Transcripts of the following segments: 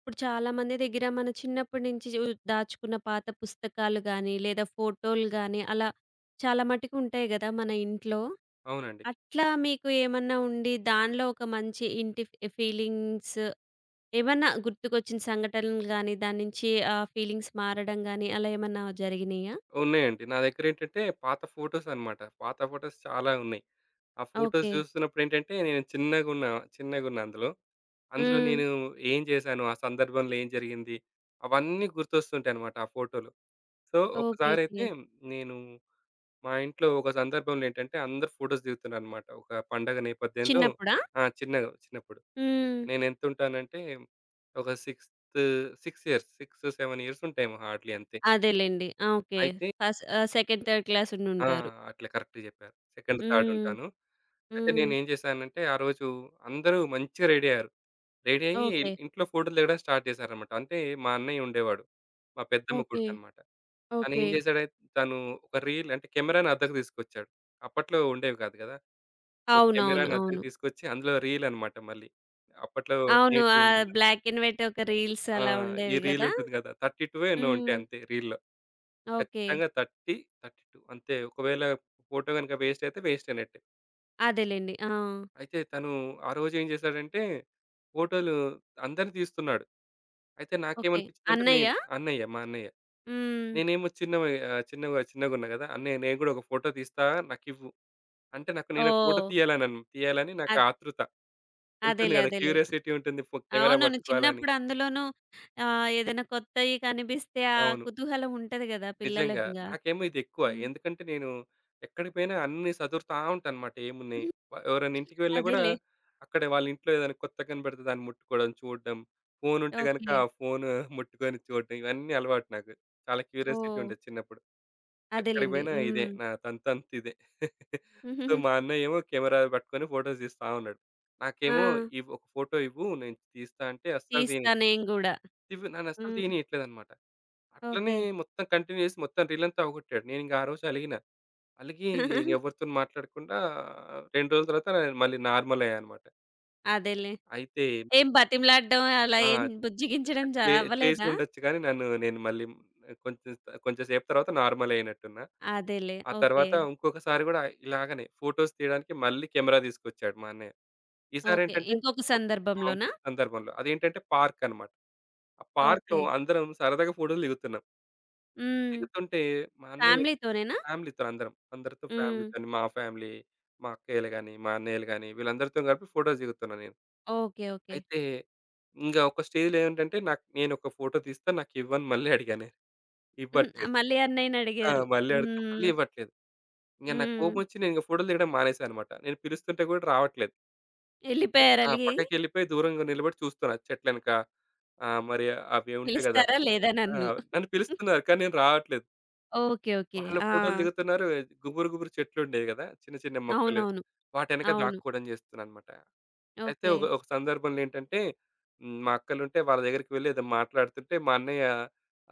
ఇప్పుడు చాలామంది దగ్గర మన చిన్నప్పటి నుంచి దాచుకున్న పాత పుస్తకాలు గానీ, లేదా ఫోటోలు గానీ, అలా చాలా మటుకు ఉంటాయి గదా మన ఇంట్లో. అవునండి. అట్లా మీకు ఏమన్నా ఉండి, దానిలో ఒక మంచి ఇంటి ఫీలింగ్స్ ఏమన్నా గుర్తుకొచ్చిన సంఘటనలు గానీ, దాని నుంచి ఆ ఫీలింగ్స్ మారడం గానీ, అలా ఏమన్నా జరిగినాయా? ఉన్నాయండి. నా దగ్గరేంటంటే పాత ఫోటోస్ అన్నమాట. పాత ఫోటోస్ చాలా ఉన్నాయి. ఆ ఫోటోస్ ఓకే. చూస్తున్నప్పుడేంటంటే నేను చిన్నగున్నా, అందులో. అందులో హ్మ్. నేను ఏం చేశాను? ఆ సందర్భంలో ఏం జరిగింది? అవన్నీ గుర్తొస్తుంటాయన్నమాట ఆ ఫోటోలు. So, okay. ఒకసారైతే ఓకే. నేను మా ఇంట్లో ఒక సందర్భంలో ఏంటంటే అందరూ ఫోటోస్ దిగుతున్నారన్నమాట. ఒక పండగ నేపథ్యంలో. చిన్నప్పుడా? ఆ! చిన్నగా చిన్నప్పుడు. హ్మ్. నేనెంతుంటానంటే ఒక సిక్స్త్, 6 ఇయర్స్, 6, 7 ఇయర్స్ ఉంటాయేమో హార్డ్‌లీ అంతే. అదేలెండి, ఆ, ఓకే. అయితే ఫస్ట్ సెకండ్, థర్డ్ క్లాస్ ఆ! ఉండుంటారు. అట్లా కరెక్ట్‌గా చెప్పారు. సెకండ్, థర్డ్ హ్మ్. ఉంటాను. అయితే హ్మ్. నేనేం చేశానంటే ఆ రోజు అందరూ మంచిగా రెడీ అయ్యారు. రెడీ అయ్యి ఓకే. ఇంట్లో ఫోటోలు దిగడం స్టార్ట్ చేశారన్నమాట. అంటే మా అన్నయ్య ఉండేవాడు. మా పెద్దమ్మ ఓకే. కొడుకన్నమాట. ఓకే. తనేం చేశాడైతే తను ఒక రీల్ అంటే కెమెరాని అద్దెకు తీసుకొచ్చాడు. అప్పట్లో ఉండేవి కాదు కదా! ఒక అవునవును, కెమెరాని అద్దెకు అవును. తీసుకొచ్చి అందులో రీల్ అన్నమాట మళ్ళీ. అప్పట్లో అవును, నేటివ్ ఆ ఉండేది కాదు. బ్లాక్ అండ్ వైట్ ఒక రీల్స్ ఆ! అలా ఈ ఉండేవి రీల్ గదా! ఉంటుంది కదా! 32 ఎన్నో ఉంటాయి హ్మ్. అంతే రీల్‌లో. ఓకే. ఖచ్చితంగా 30, 32 అంతే. ఒకవేళ ఫోటో గనుక వేస్ట్ అయితే వేస్టేనట్టే. అదేలెండి, ఆ, అయితే తను ఆ రోజేం చేశాడంటే, ఫోటోలు అందరిని తీస్తున్నాడు. అయితే ఓకే. నాకేమనిపించిందంటే నేను అన్నయ్యా? మా అన్నయ్య. హ్మ్. నేనేమో చిన్నవి చిన్నగా గదా! "అన్నయ్య నేను గూడా ఒక ఫోటో తీస్తా నాకివ్వు." అంటే నాకు నేను ఒక ఫోటో ఓహ్! తీయాలని నాకు అద్ ఆతృత ఉంటుంది అదేలే, గదా! అదేలే. క్యూరియాసిటీ ఉంటుంది. కెమెరా అవునవును, పట్టుకోవాలని. చిన్నప్పుడు అందులోనూ ఏదైనా కొత్తయి కనిపిస్తే ఆ అవును. కుతూహలం ఉంటది గదా! నిజంగా. పిల్లలంగా. నాకేమో ఇదెక్కువ. హ్మ్. ఎందుకంటే నేను ఎక్కడికి పోయినా అన్నీ సదురుతా ఉంటాను అన్నమాట ఏమున్నాయి. హ్మ్. ఎవరైనా ఇంటికి వెళ్ళినా గూడా అదేలే. అక్కడ వాళ్ళ ఇంట్లో ఏదైనా కొత్తగా కనపడితే దాన్ని ముట్టుకోవడం, చూడడం. ఫోనుంటే గనక ఓకే. ఆ ఫోను ముట్టుకొని చూడడం ఇవన్నీ అలవాటు నాకు. చాలా క్యూరియాసిటీ ఓహ్! ఉండేది చిన్నప్పుడు. ఎక్కడికి అదేలెండి. పోయినా ఇదే హ్మ్. నా ఇదే. సో, మా అన్నయ్యేమో కెమెరా పట్టుకొని ఫోటోస్ తీస్తా ఉన్నాడు. ఆ! నాకేమో "ఒక ఫోటో ఇవ్వు నేను తీస్తా" అంటే అస్సలు తీయని. తీస్తా నేను గూడా. ఇవ్వు నన్ను అస్సలు హ్మ్. తీయనీయట్లేదన్నమాట. అట్లనే ఓకే. మొత్తం కంటిన్యూ చేసి మొత్తం రీలంతా అవగొట్టాడు. నేనింక ఆ రోజు అలిగిన. అలిగి ఇంకెవరితోని మాట్లాడకుండా 2 రోజుల తర్వాత నేను మళ్ళీ నార్మలయ్యా అనమాట. అదేలే. అయితే ఏం బతిమలాడడం అలా ఆ! ఏం బుజ్జగించడం చే అవ్వలేదా? చేసుండొచ్చు కానీ నన్ను నేను మళ్ళీ కొంచెం కొంచెం సేపు తర్వాత నార్మలయినట్టున్నా. అదేలే, ఆ ఓకే. తర్వాత ఇంకొకసారి గూడా ఇలాగనే ఫోటోస్ తీయడానికి మళ్ళీ కెమెరా తీసుకొచ్చాడు మా అన్నయ్య. ఓకే. ఈసారేంటంటే ఇంకొక ఆ! సందర్భంలోనా? ఇంకో సందర్భంలో. అదేంటంటే పార్కనమాట. ఆ పార్క్‌లో ఓకే. అందరం సరదాగా ఫోటోలు దిగుతున్నాం. హ్మ్. దిగుతుంటే మా అన్నయ్య ఫ్యామిలీతోనేనా? ఫ్యామిలీతో అందరం. అందరితో హ్మ్. ఫ్యామిలీతోని మా ఫ్యామిలీ, మా అక్కయ్యలు గాని, మా అన్నయ్యలు గాని వీళ్ళందరితో కలిపి ఫోటోస్ దిగుతున్నా నేను. ఓకే. ఓకే. అయితే ఇంగ ఒక స్టేజ్‌లో ఏంటంటే నాకు నేనొక ఫోటో తీస్తా నాకివ్వని మళ్ళీ అడిగా నేను. హుహు. ఇవ్వట్లేదు. మళ్ళీ ఆ! అన్నయ్యనడిగారు. మళ్ళీ అడిగితే మళ్ళీ హ్మ్. ఇవ్వట్లేదు. ఇంగ నాకు హ్మ్. కోపమొచ్చి నేను ఇంగ ఫోటోలు దిగడం మానేసానన్నమాట. నేను పిలుస్తుంటే కూడా రావట్లేదు. ఎళ్ళిపోయారు ఆ! అలిగి? పక్కకెళ్ళిపోయి దూరంగా నిలబడి చూస్తున్నా చెట్లెనక. మరి అవి ఉంటాయి గదా! పిలుస్తారా లేదా ఆ! నన్ను? నన్ను పిలుస్తున్నారు కానీ నేను రావట్లేదు. ఓకే. ఓకే. వాళ్ళ ఆ! ఫోటోలు దిగుతున్నారు. గుబురు, గుబురు చెట్లుండేవి గదా! చిన్న, చిన్న మొక్కలు. అవునవును. వాటెనక అవును. దాక్కోవడం జేస్తున్నానన్నమాట. అయితే ఓకే. ఒక ఒక సందర్భంలో ఏంటంటే, మా అక్కలుంటే వాళ్ళ దగ్గరికి వెళ్లి ఏదో మాట్లాడుతుంటే, మా అన్నయ్య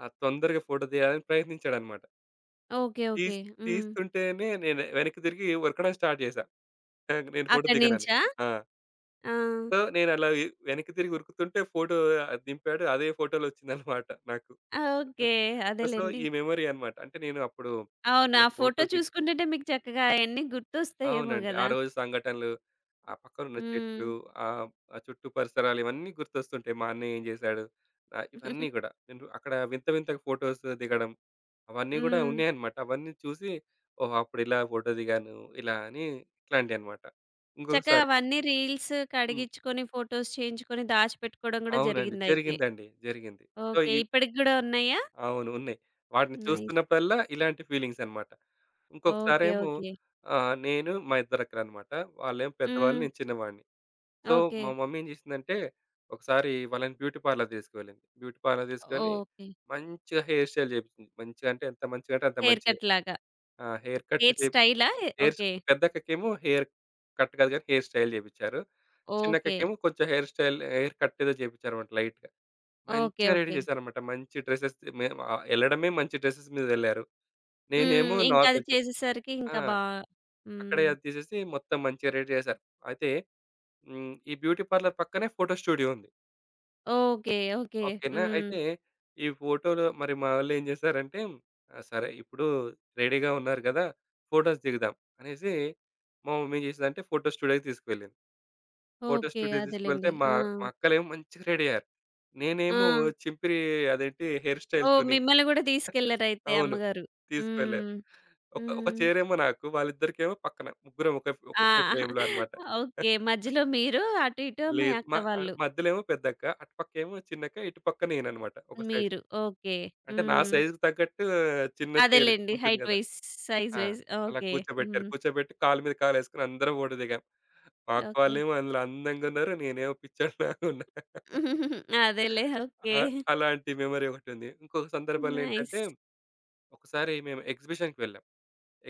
తొందరగా ఫోటో తీయాలని ప్రయత్నించాడన్నమాట. ఓకే. ఓకే. తీస్ హ్మ్. తీస్తుంటేనే నేను వెనక్కి తిరిగి ఉరకడం స్టార్ట్ జేశా. నేను ఫోటో అక్కడి దిగనని. నుంచా? ఆ! ఆ! సో, నేనలా వెనక్కి తిరిగి ఉరుకుతుంటే ఫోటో దింపాడు. అదే ఫోటోలో వచ్చిందన్నమాట నాకు. ఆ, ఓకే. సో, అదేలెండి. ఈ మెమరీ అన్నమాట. అంటే నేను అప్పుడు అవును, అలా ఆ ఫోటో ఫోటో దిగ చూసుకుంటుంటే మీకు చక్కగా అయన్నీ గుర్తొస్తాయేమో అవునండి. ఆ గదా! రోజు సంఘటనలు, ఆ పక్కనున్న హ్మ్. చెట్లు, ఆహ్, ఆ చుట్టూ పరిసరాలు ఇవన్నీ గుర్తొస్తుంటాయి. మా అన్నయ్య ఏం జేశాడు? ఇవన్నీ గూడా. నేను అక్కడ వింత వింత ఫోటోస్ దిగడం అవన్నీ గూడా హ్మ్. ఉన్నాయన్నమాట. అవన్నీ చూసి ఓహ్! అప్పుడిలా ఫోటో దిగాను. ఇలా అని ఇట్లాంటియన్నమాట. చక్కగా ఇంకొకసారి అవన్నీ రీల్స్ హ్మ్. కడిగించుకొని, ఫోటోస్ చేయించుకొని దాచిపెట్టుకోవడం గూడా అవునండి. జరిగిందయితే. జరిగిందండి. జరిగింది. So, okay. ఈ ఇప్పటికి గూడా ఉన్నాయా? అవును. ఉన్నాయి. వాటిని నైస్. చూస్తున్నప్పుడల్లా ఇలాంటి ఫీలింగ్సన్నమాట. ఓకే. ఇంకొకసారేమో ఓకే. నేను మా ఇద్దరక్కలన్నమాట. వాళ్ళేమో పెద్దవాళ్ళు. హ్మ్. నేను చిన్నవాడిని. So, okay. మా మమ్మీ ఏం జేసిందంటే, ఒకసారి వాళ్ళని బ్యూటీ పార్లర్ తీసుకువెళ్ళింది. బ్యూటీ పార్లర్ తీసుకెళ్ళి ఓకే. మంచిగా హెయిర్ స్టైల్ చేపించింది. మంచిగా అంటే ఎంత మంచిగా అంటే అంత హెయిర్ మంచి. కట్ లాగా. ఆ! హెయిర్ కట్ హెయిర్ చేప్ స్టైలా? Hairs okay. పెద్దక్కకేమో హెయిర్ కట్ కాదు గానీ, హెయిర్ స్టైల్ చేపించారు. ఓకే. చిన్నక్కకేమో కొంచెం హెయిర్ స్టైల్, హెయిర్ కట్ ఏదో చేపించారన్నమాట లైట్‌గా. ఓకే. మంచిగా రెడీ ఓకే. చేశారన్నమాట. మంచి డ్రెసెస్. మేము ఎళ్ళడమే మంచి డ్రెసెస్ మీదెళ్లారు. హ్మ్. నేనేమో నా ఇంకా అది కొంచెం. చేసేసరికి ఆ! ఇంకా బా. అక్కడే హ్మ్. అది తీసేసి మొత్తం మంచిగా రెడీ చేశారు. అయితే హ్మ్. ఈ బ్యూటీ పార్లర్ పక్కనే ఫోటో స్టూడియో ఉంది. ఓకే. ఓకే. ఓకేనా. హ్మ్. అయితే ఈ ఫోటోలు మరి మావోళ్ళేం జేశారంటే, ఆ! సరే ఇప్పుడు రెడీగా ఉన్నారు గదా! ఫోటోస్ దిగుదాం అనేసి, మా మమ్మీ ఏం జేసిందంటే ఫోటో స్టూడియోకి తీసుకువెళ్ళింది. Photo okay. స్టూడియోకి తీసుకువెళ్తే అదేలెండి, మా ఆ, మా అక్కలేమో మంచిగా రెడీ అయ్యారు. ఆ! నేనేమో చింపిరి అదేంటి హెయిర్ ఓహ్! స్టైల్‌తోని. మిమ్మల్ని గూడా తీసుకెళ్లారయితే అవును. అమ్మగారు. తీసుకువెళ్ళారు. హ్మ్. ఒక ఒక హ్మ్. చైరేమో నాకు, వాళ్ళిద్దరికేమో పక్కన. ముగ్గురం ఒకటే ఆ! ఫ్రేమ్‌లో అన్నమాట. ఓకే. మధ్యలో మీరు, అటు ఇటు మీ లేదు. అక్క వాళ్ళు. మధ్యలో ఏమో పెద్దక్క, అటుపక్కేమో చిన్నక్క, ఇటుపక్క నేనన్నమాట. ఒక సైడ్. మీరు. ఓకే. అంటే నా హ్మ్. సైజ్‌కి తగ్గట్టు చిన్న చైర్ అదేలెండి. ఉంటుంది హైట్ గదా! వైస్, సైజ్ ఆ! వైస్. అలా ఓకే. కూర్చోబెట్టారు. హ్మ్. కూర్చోబెట్టి కాళ్ళు మీద కాలేసుకొని అందరం ఫోటో దిగాం. మా అక్క ఓకే. వాళ్ళేమో అందులో అందంగున్నారు. నేనేమో పిచ్చోడిలాగున్నా. అదేలే, ఓకే. ఆ! అలాంటి మెమరీ ఒకటుంది. ఇంకొక సందర్భంలో ఏంటంటే, నైస్. ఒకసారి మేము ఎగ్జిబిషన్‌కి వెళ్ళాం.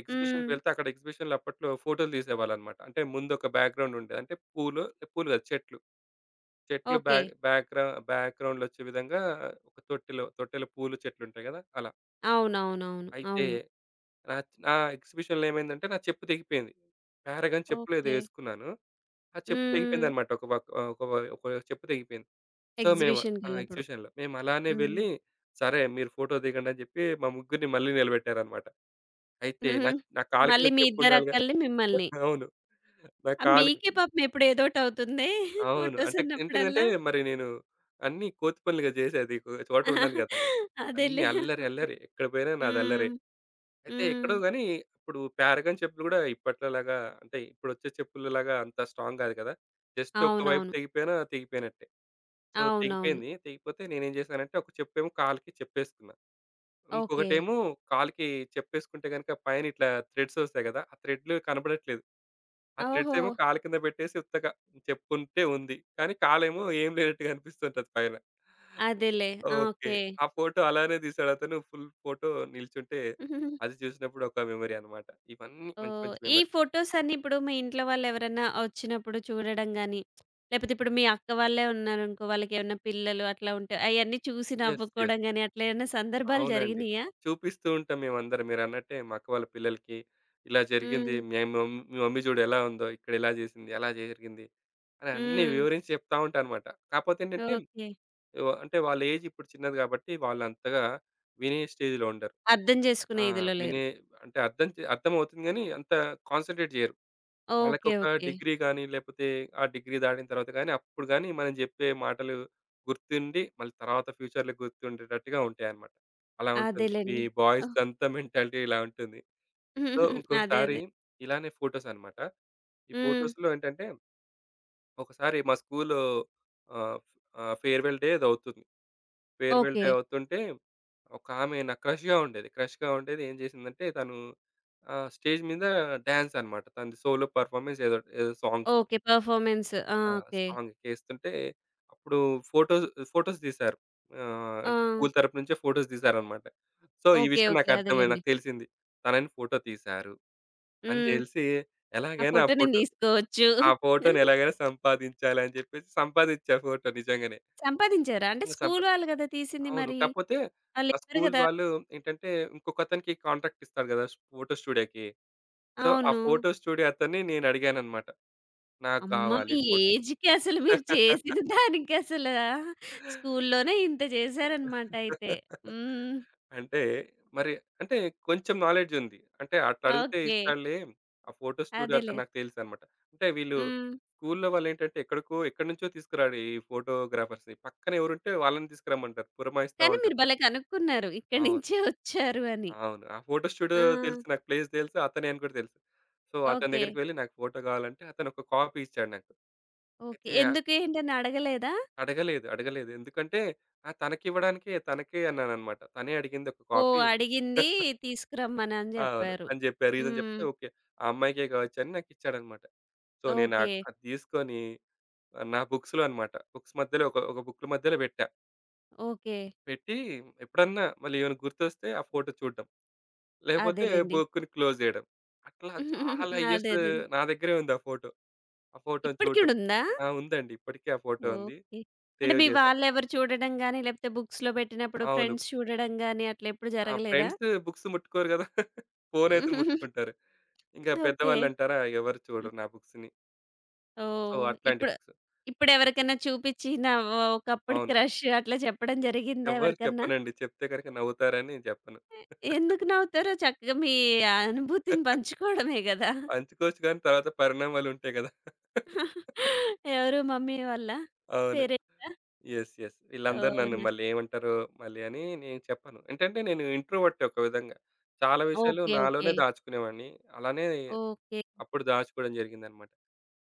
ఎగ్జిబిషన్‌కి హ్మ్. వెళ్తే అక్కడ ఎగ్జిబిషన్‌లో అప్పట్లో ఫోటోలు తీసేవాళ్ళనమాట. అంటే ముందొక బ్యాక్‌గ్రౌండ్ ఉండేది. అంటే పూలు పూలు కాదు చెట్లు. చెట్లు ఓకే. బ్యాక్‌గ్రౌండ్‌లో వచ్చే విధంగా ఒక తొట్టెలో, తొట్టెలో పూలు చెట్లుంటాయి గదా! అలా. అవునవునవును, అయితే అవును. నా నా ఎగ్జిబిషన్‌లో ఏమైందంటే నా చెప్పు తెగిపోయింది. పారగాన్ చెప్పులేదో ఓకే. ఏసుకున్నాను. ఆ చెప్పు హ్మ్. తెగిపోయిందనమాట. ఒక వక్ ఆహ్, ఒక వ ఒక చెప్పు తెగిపోయింది. సో, మేము ఆ! ఎగ్జిబిషన్‌కెళ్ళినప్పుడు. ఎగ్జిబిషన్‌లో. మేము అలానే హ్మ్. వెళ్ళి, సరే మీరు ఫోటో దిగండి అని చెప్పి మా ముగ్గురిని మళ్ళీ నిలబెట్టారనమాట. అయితే నా నా కాలు కింద మళ్ళీ మీ ఇద్దరు చెప్పుండాలిగా. అక్కల్ని మిమ్మల్ని. అవును. నా ఆ! మీకే కాలుకి. పాపం ఎప్పుడేదోటి అవుతుందే అవును. ఫోటోస్ అంటే ఏంటిదంటే అన్నప్పుడల్లా. మరి నేను అన్నీ కోతి పనులుగా చేసేది. ఒక చోట ఉండను గదా! అన్నీ అదేలే. అల్లరి అల్లరి. ఎక్కడ పోయినా నాది అల్లరే. హ్మ్. అయితే హ్మ్. ఎక్కడో గాని ఇప్పుడు 'ప్యారగాన్' చెప్పులు గూడా ఇప్పట్లోలాగా, అంటే ఇప్పుడొచ్చే చెప్పులలాగా అంత స్ట్రాంగ్ గాదు కదా! జస్ట్ ఒక వైపు అవునవును. తెగిపోయినా తెగిపోయినట్టే. సో, అవునవును. తెగిపోయింది. తెగిపోతే నేనేం చేశానంటే ఒక చెప్పేమో కాలికి చెప్పేసుకున్నా. ఓకే. ఇంకొకటేమో కాలికి చెప్పేసుకుంటే గనుక పైన ఇట్లా థ్రెడ్స్ ఒస్తాయి గదా! ఆ థ్రెడ్‌లు కనబడట్లేదు. ఆ థ్రెడ్స్ ఓహో! ఏమో కాలు కింద పెట్టేసి ఉత్తగా చెప్పుంటే ఉంది. కానీ కాలేమో ఏం లేనట్టుగా అనిపిస్తుంటది పైన. అదేలే, ఆ, ఓకే. ఓకే. ఆ ఫోటో అలానే తీసాడతను. ఫుల్ ఫోటో నిల్చుంటే, అది చూసినప్పుడు ఒక మెమరీ అన్నమాట. ఇవన్నీ మంచి ఓహ్! మంచి ఈ మెమరీస్. ఫోటోస్ అన్నీ ఇప్పుడు మీ ఇంట్లో వాళ్ళెవరన్నా వచ్చినప్పుడు చూడడం గాని, లేపోతే ఇప్పుడు మీ అక్క వాళ్ళే ఉన్నారనుకో, వాళ్ళకేమన్నా పిల్లలు అట్లా ఉంటే అయన్నీ చూసి యెస్, యెస్. నవ్వుకోవడం గాని, అట్లా ఏమన్నా సందర్భాలు అవునండి. జరిగినియా? చూపిస్తూ ఉంటాం మేమందరం మీరన్నట్టే మా అక్క వాళ్ళ పిల్లలకి. ఇలా జరిగింది. హ్మ్. మేము మీ మమ్మీ చూడు ఎలా ఉందో, ఇక్కడ ఇలా జేసింది, అలా జరిగింది అని అన్నీ హ్మ్. వివరించి చెప్తా ఉంటా అన్నమాట. కాపోతే ఏంటంటే, ఓకే. అంటే వాళ్ళ ఏజ్ ఇప్పుడు చిన్నది గాబట్టి, వాళ్ళంతగా వినే స్టేజ్‌లో ఉండరు. అర్థం ఆ! జేసుకునే ఇదిలో లేరు. వినే అంటే అర్థం చే అర్థమవుతుంది గానీ, అంత కాన్సంట్రేట్ జేయరు. ఓకే. వాళ్ళకొక ఓకే. డిగ్రీ గాని, లేపోతే ఆ డిగ్రీ దాటిన తర్వాత గాని, అప్పుడు గాని మనం జెప్పే మాటలు గుర్తుండి, మళ్ళీ తర్వాత ఫ్యూచర్‌లో గుర్తుండేటట్టుగా ఉంటాయన్నమాట. అలా ఉంటుంది. ఈ అదేలెండి. ఓహ్! బాయ్స్‌దంతా మెంటాలిటీ ఇలా ఉంటుంది. సో, హుహుహు. అదే, ఇంకొకసారి అదే. ఇలానే ఫోటోస్ అన్నమాట. ఈ హ్మ్. ఫోటోస్‌లో ఏంటంటే, ఒకసారి మా స్కూలు ఆహ్, ఆహ్, ఫేర్‌వెల్ డే ఏదో అవుతుంది. Farewell okay. డే అవుతుంటే, ఒకామె నాకు క్రష్‌గా ఉండేది. క్రష్‌గా ఉండేది. ఏం జేసిందంటే, తను స్టేజ్ మీద డాన్స్ అన్నమాట. తనది సోలో పెర్ఫార్మన్స్ ఏదో ఏదో సాంగ్. ఓకే. పర్‌ఫార్మెన్స్, ఆ, ఆ! ఓకే. సాంగ్‌కేస్తుంటే అప్పుడు ఫోటోస్ ఫోటోస్ తీశారు. ఆ! అంటే స్కూల్ తరపు నుంచే ఫోటోస్ తీశారనమాట. సో, ఈ ఓకే. విషయం ఓకే. నాకర్థమైంది. అదేలెండి. నాకు తెలిసింది. తనని ఫోటో తీశారు అని హ్మ్. తెలిసి ఆ ఎలాగైనా ఫోటో నేను తీసుకోవచ్చు. ఆ ఫోటోని ఎలాగైనా సంపాదించాలి అని చెప్పేసి సంపాదించా ఫోటో నిజంగానే. సంపాదించారా? అంటే ఇంగ సంప స్కూలు వాళ్ళు కదా! తీసింది అవును. మరి. కాకపోతే ఆ వాళ్ళివ్వరు స్కూల్ కదా! వాళ్ళు ఏంటంటే ఇంకొకతనికి కాంట్రాక్ట్ ఇస్తారు కదా! ఫోటో స్టూడియోకి. సో, ఆ అవును. ఫోటో స్టూడియో అతన్ని నేను అడిగాననమాట. నాకు అమ్మ! కావాలి మీ ఫోటో. ఏజ్‌కి అసలు మీరు చేసిన దానికి అసలా స్కూల్లోనే ఇంత చేశారనమాట అయితే. హ్మ్. అంటే మరి అంటే కొంచెం నాలెడ్జ్ ఉంది. అంటే అట్లా అడిగితే ఓకే. ఇస్తాడులే. ఆ ఫోటో స్టూడియో అదేలే. అతను నాకు తెలుసనమాట. అంటే వీళ్ళు హ్మ్. స్కూల్‌లో వాళ్ళేంటంటే ఎక్కడికో ఎక్కడి నుంచో తీసుకురాడు ఈ ఫోటోగ్రాఫర్స్‌ని. పక్కన ఎవరుంటే వాళ్ళని తీసుకురమ్మంటారు. పురమాయిస్తా కానీ ఉంటారు. మీరు భలే కనుక్కున్నారు, ఇక్కడి అవును. నుంచే వచ్చారు అని. అవును. ఆ ఫోటో స్టూడియో ఆ! తెలుసు. నాకు ప్లేస్ తెలుసు. అతనే అని కూడా తెలుసు. సో, అతని ఓకే. దగ్గరికి వెళ్లి నాకు ఫోటో కావాలంటే అతను ఒక కాపీ ఇచ్చాడు నాకు. ఓకే. అయితే ఆ- ఎందుకేంటని అడగలేదా? అడగలేదు. అడగలేదు. ఎందుకంటే ఆహ్, తనకివ్వడానికే తనకే అన్నాననమాట. తనే అడిగింది ఒక ఓహ్! కాపీ. అడిగింది తీసుకురమ్మని అని అవును. జెప్పారు. అని జెప్పా. రీజన్ హ్మ్. జెప్తే ఓకే. ఆ అమ్మాయికే కావచ్చని నాకిచ్చాడన్నమాట. సో, నేను ఓకే. అది తీసుకొని నా బుక్స్‌లో అన్నమాట. బుక్స్ మధ్యలో ఒక, ఒక బుక్‌ల మధ్యలో పెట్టా. ఓకే. పెట్టి ఎప్పుడన్నా మళ్ళీ ఏమైనా గుర్తొస్తే ఆ ఫోటో చూడడం. లేపోతే అదేలెండి. బుక్‌ని క్లోజ్ జేయడం. అట్లా చాలా అదే, ఇయర్స్ అదే. నా దగ్గరే ఉంది ఆ ఫోటో. ఆ ఫోటోని ఇప్పటికి చూడడం. గూడుందా? ఆ! ఉందండి. ఇప్పటికీ ఆ ఫోటో ఉంది. ఓకే. అంటే సేవ్ మీ జేశాం. వాళ్ళెవరు చూడడం గాని, లేపోతే బుక్స్‌లో బెట్టినప్పుడు అవును. ఫ్రెండ్స్ చూడడం గాని అట్లెప్పుడు ఆ! జరగలేదా? ఫ్రెండ్స్ బుక్స్ ముట్టుకోరు గదా! ఫోనయితే ముట్టుకుంటారు. ఇంక ఓకే. పెద్దవాళ్ళంటారా ఎవరు హ్మ్. చూడరు నా బుక్స్‌ని. సో, ఓహ్! అట్లాంటి ఇప్పుడు బుక్స్. ఇప్పుడెవరికైనా చూపిచ్చి నా ఒకప్పుడు అవును. క్రష్ అట్లా చెప్పడం జరిగిందా ఎవ్వరికి ఎవరికన్నా? చెప్పనండి. చెప్తే గనుక నవ్వుతారని చెప్పను. ఎందుకు నవ్వుతారు? చక్కగా మీ అనుభూతిని పంచుకోవడమే గదా! పంచుకోవచ్చు కానీ తర్వాత పరిణామాలు ఉంటాయి గదా! ఎవరు మమ్మీ వాళ్ళా? అవును. పేరెంట్సా? Yes, yes. వీళ్ళందరూ నన్ను అవునా! మళ్ళీ ఏమంటారో మళ్ళీ అని నేను చెప్పను. ఏంటంటే నేను ఇంట్రోవర్ట్ ఒక విధంగా. చాలా విషయాలు ఓకే. ఓకే. నాలోనే దాచుకునేవాడిని. అలానే ఓకే. అప్పుడు దాచుకోవడం జరిగిందన్నమాట.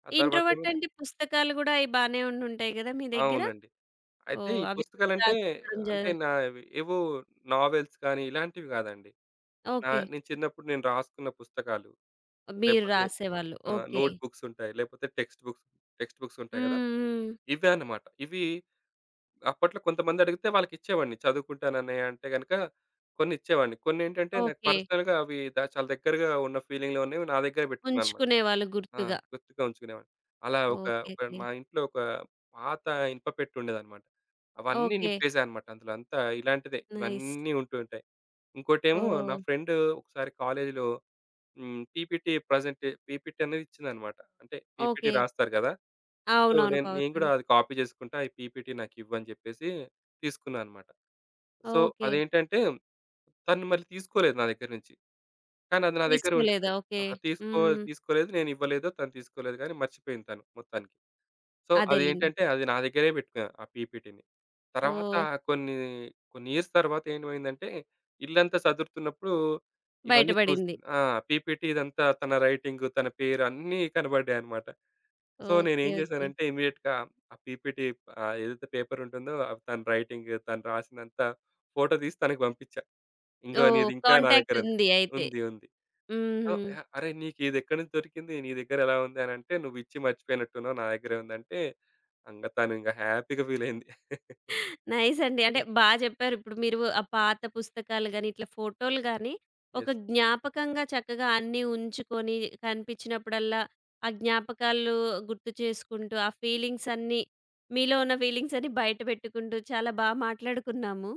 ఆ తర్వాత ఏమో ఇంట్రోవర్ట్ అంటే పుస్తకాలు గూడా అయి బానే ఉండుంటాయి గదా మీ దగ్గర? అవునండి. అయితే ఓహ్! ఈ అవి కూడా పుస్తకాలంటే, దాచుకోవడం జ. అంటే నావి ఏవో నావెల్స్ కానీ ఇలాంటివి గాదండి. ఓకే. నేను చిన్నప్పుడు నేను రాసుకున్న పుస్తకాలు మీరు లేపోతే రాసేవాళ్ళు. ఆ! ఓకే. నోట్ బుక్స్ ఉంటాయి. లేపోతే టెక్స్ట్ బుక్స్ హ్మ్. ఉంటాయి గదా! హ్మ్. ఇవే అన్నమాట. ఇవి అప్పట్లో కొంతమంది అడిగితే వాళ్ళకిచ్చేవాడిని. చదువుకుంటానన్నయ్య అంటే గనక కొన్నిచ్చేవాడిని. కొన్నేంటంటే నాకు ఓకే. పర్సనల్‌గా అవి ద చాలా దగ్గరగా ఉన్న ఫీలింగ్‌లో ఉన్నవి నా దగ్గర బెట్టుకున్నానన్నమాట. ఉంచుకునేవాళ్ళు ఆ! గుర్తుగా. గుర్తుగా ఉంచుకునేవాడిని. అలా ఒక ఓకే. ఒక ఓకే. మా ఇంట్లో ఒక పాత ఇనుప పెట్టెండేదన్నమాట. అవన్నీ ఓకే. నింపేసా అన్నమాట. అందులో అంతా ఇలాంటిదే. నైస్. ఇవన్నీ ఉంటూ ఉంటాయి. ఇంకోటేమో నా ఓహ్! ఫ్రెండ్ ఒకసారి కాలేజీలో హ్మ్. పీపీటీ అనేది ఇచ్చిందనమాట. అంటే పీపీటీ ఓకే. రాస్తారు గదా! సో, అవునవును, నేను పవర్ నేను గూడా పాయింట్. అది కాపీ జేసుకుంటా. ఈ పీపీటీ నాకివ్వని జెప్పేసి తీసుకున్నా అనమాట. So, okay. అదేంటంటే తను మళ్ళీ తీసుకోలేదు నా దగ్గర నుంచి. కానీ అది నా దగ్గర తీసుకోలేదా? ఉండిపోయింది. ఓకే. ఆ! తీసుకో హ్మ్. తీసుకోలేదు. నేనివ్వలేదు. తను తీసుకోలేదు గానీ మర్చిపోయింది తను మొత్తానికి. సో, అదేలెండి. అదేంటంటే అది నా దగ్గరే పెట్టుకున్నా ఆ పీపీటీని. తర్వాత ఓహ్! కొన్ని, కొన్ని ఇయర్స్ తర్వాత ఏమైందంటే ఇల్లంతా సదురుతున్నప్పుడు ఇవన్నీ బయటపడింది. చూసింది. ఆ! పీపీటీ ఇదంతా తన రైటింగు, తన పేరు అన్నీ కనబడ్డాయన్నమాట. So, okay. నేనేం ఓకే. చేశానంటే ఇమ్మీడియేట్‌గా ఆ పీపీటీ ఏదైతే పేపర్ ఉంటుందో అవి తన రైటింగ్ తను రాసిందంతా ఫోటో తీసి తనకి పంపించా. ఇంగో ఓహ్! నీది ఇంకా నా కాంటాక్ట్ దగ్గరుంది. ఉంది అయితే. ఉంది. హుహు. సో, "అహ! అరే! నీకు ఇది ఎక్కడి నుంచి దొరికింది? నీ దగ్గర ఎలా ఉంది?" అని అంటే, "నువ్వు ఇచ్చి మర్చిపోయినట్టున్నావు. నా దగ్గరే ఉందంటే." ఇంగ తను ఇంగ హ్యాపీగా ఫీల్ అయింది. నైస్ అండి. అంటే బా చెప్పారు. ఇప్పుడు మీరు ఆ పాత పుస్తకాలు గాని, ఇట్లా ఫోటోలు గాని, ఒక యెస్. జ్ఞాపకంగా చక్కగా అన్నీ ఉంచుకొని, కనిపించినప్పుడల్లా ఆ జ్ఞాపకాలు గుర్తు చేసుకుంటూ, ఆ ఫీలింగ్స్ అన్నీ, మీలో ఉన్న ఫీలింగ్స్ అన్నీ బయట పెట్టుకుంటూ, చాలా బా మాట్లాడుకున్నాము.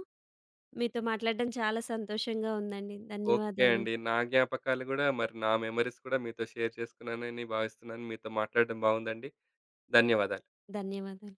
మీతో మాట్లాడడం చాలా సంతోషంగా ఉందండి. ఓకే ధన్యవాదాలు. అండి. నా జ్ఞాపకాలు గూడా మరి నా మెమోరీస్ కూడా మీతో షేర్ చేసుకున్నానని భావిస్తున్నాను. మీతో మాట్లాడడం బాగుందండి. ధన్యవాదాలు. ధన్యవాదాలు.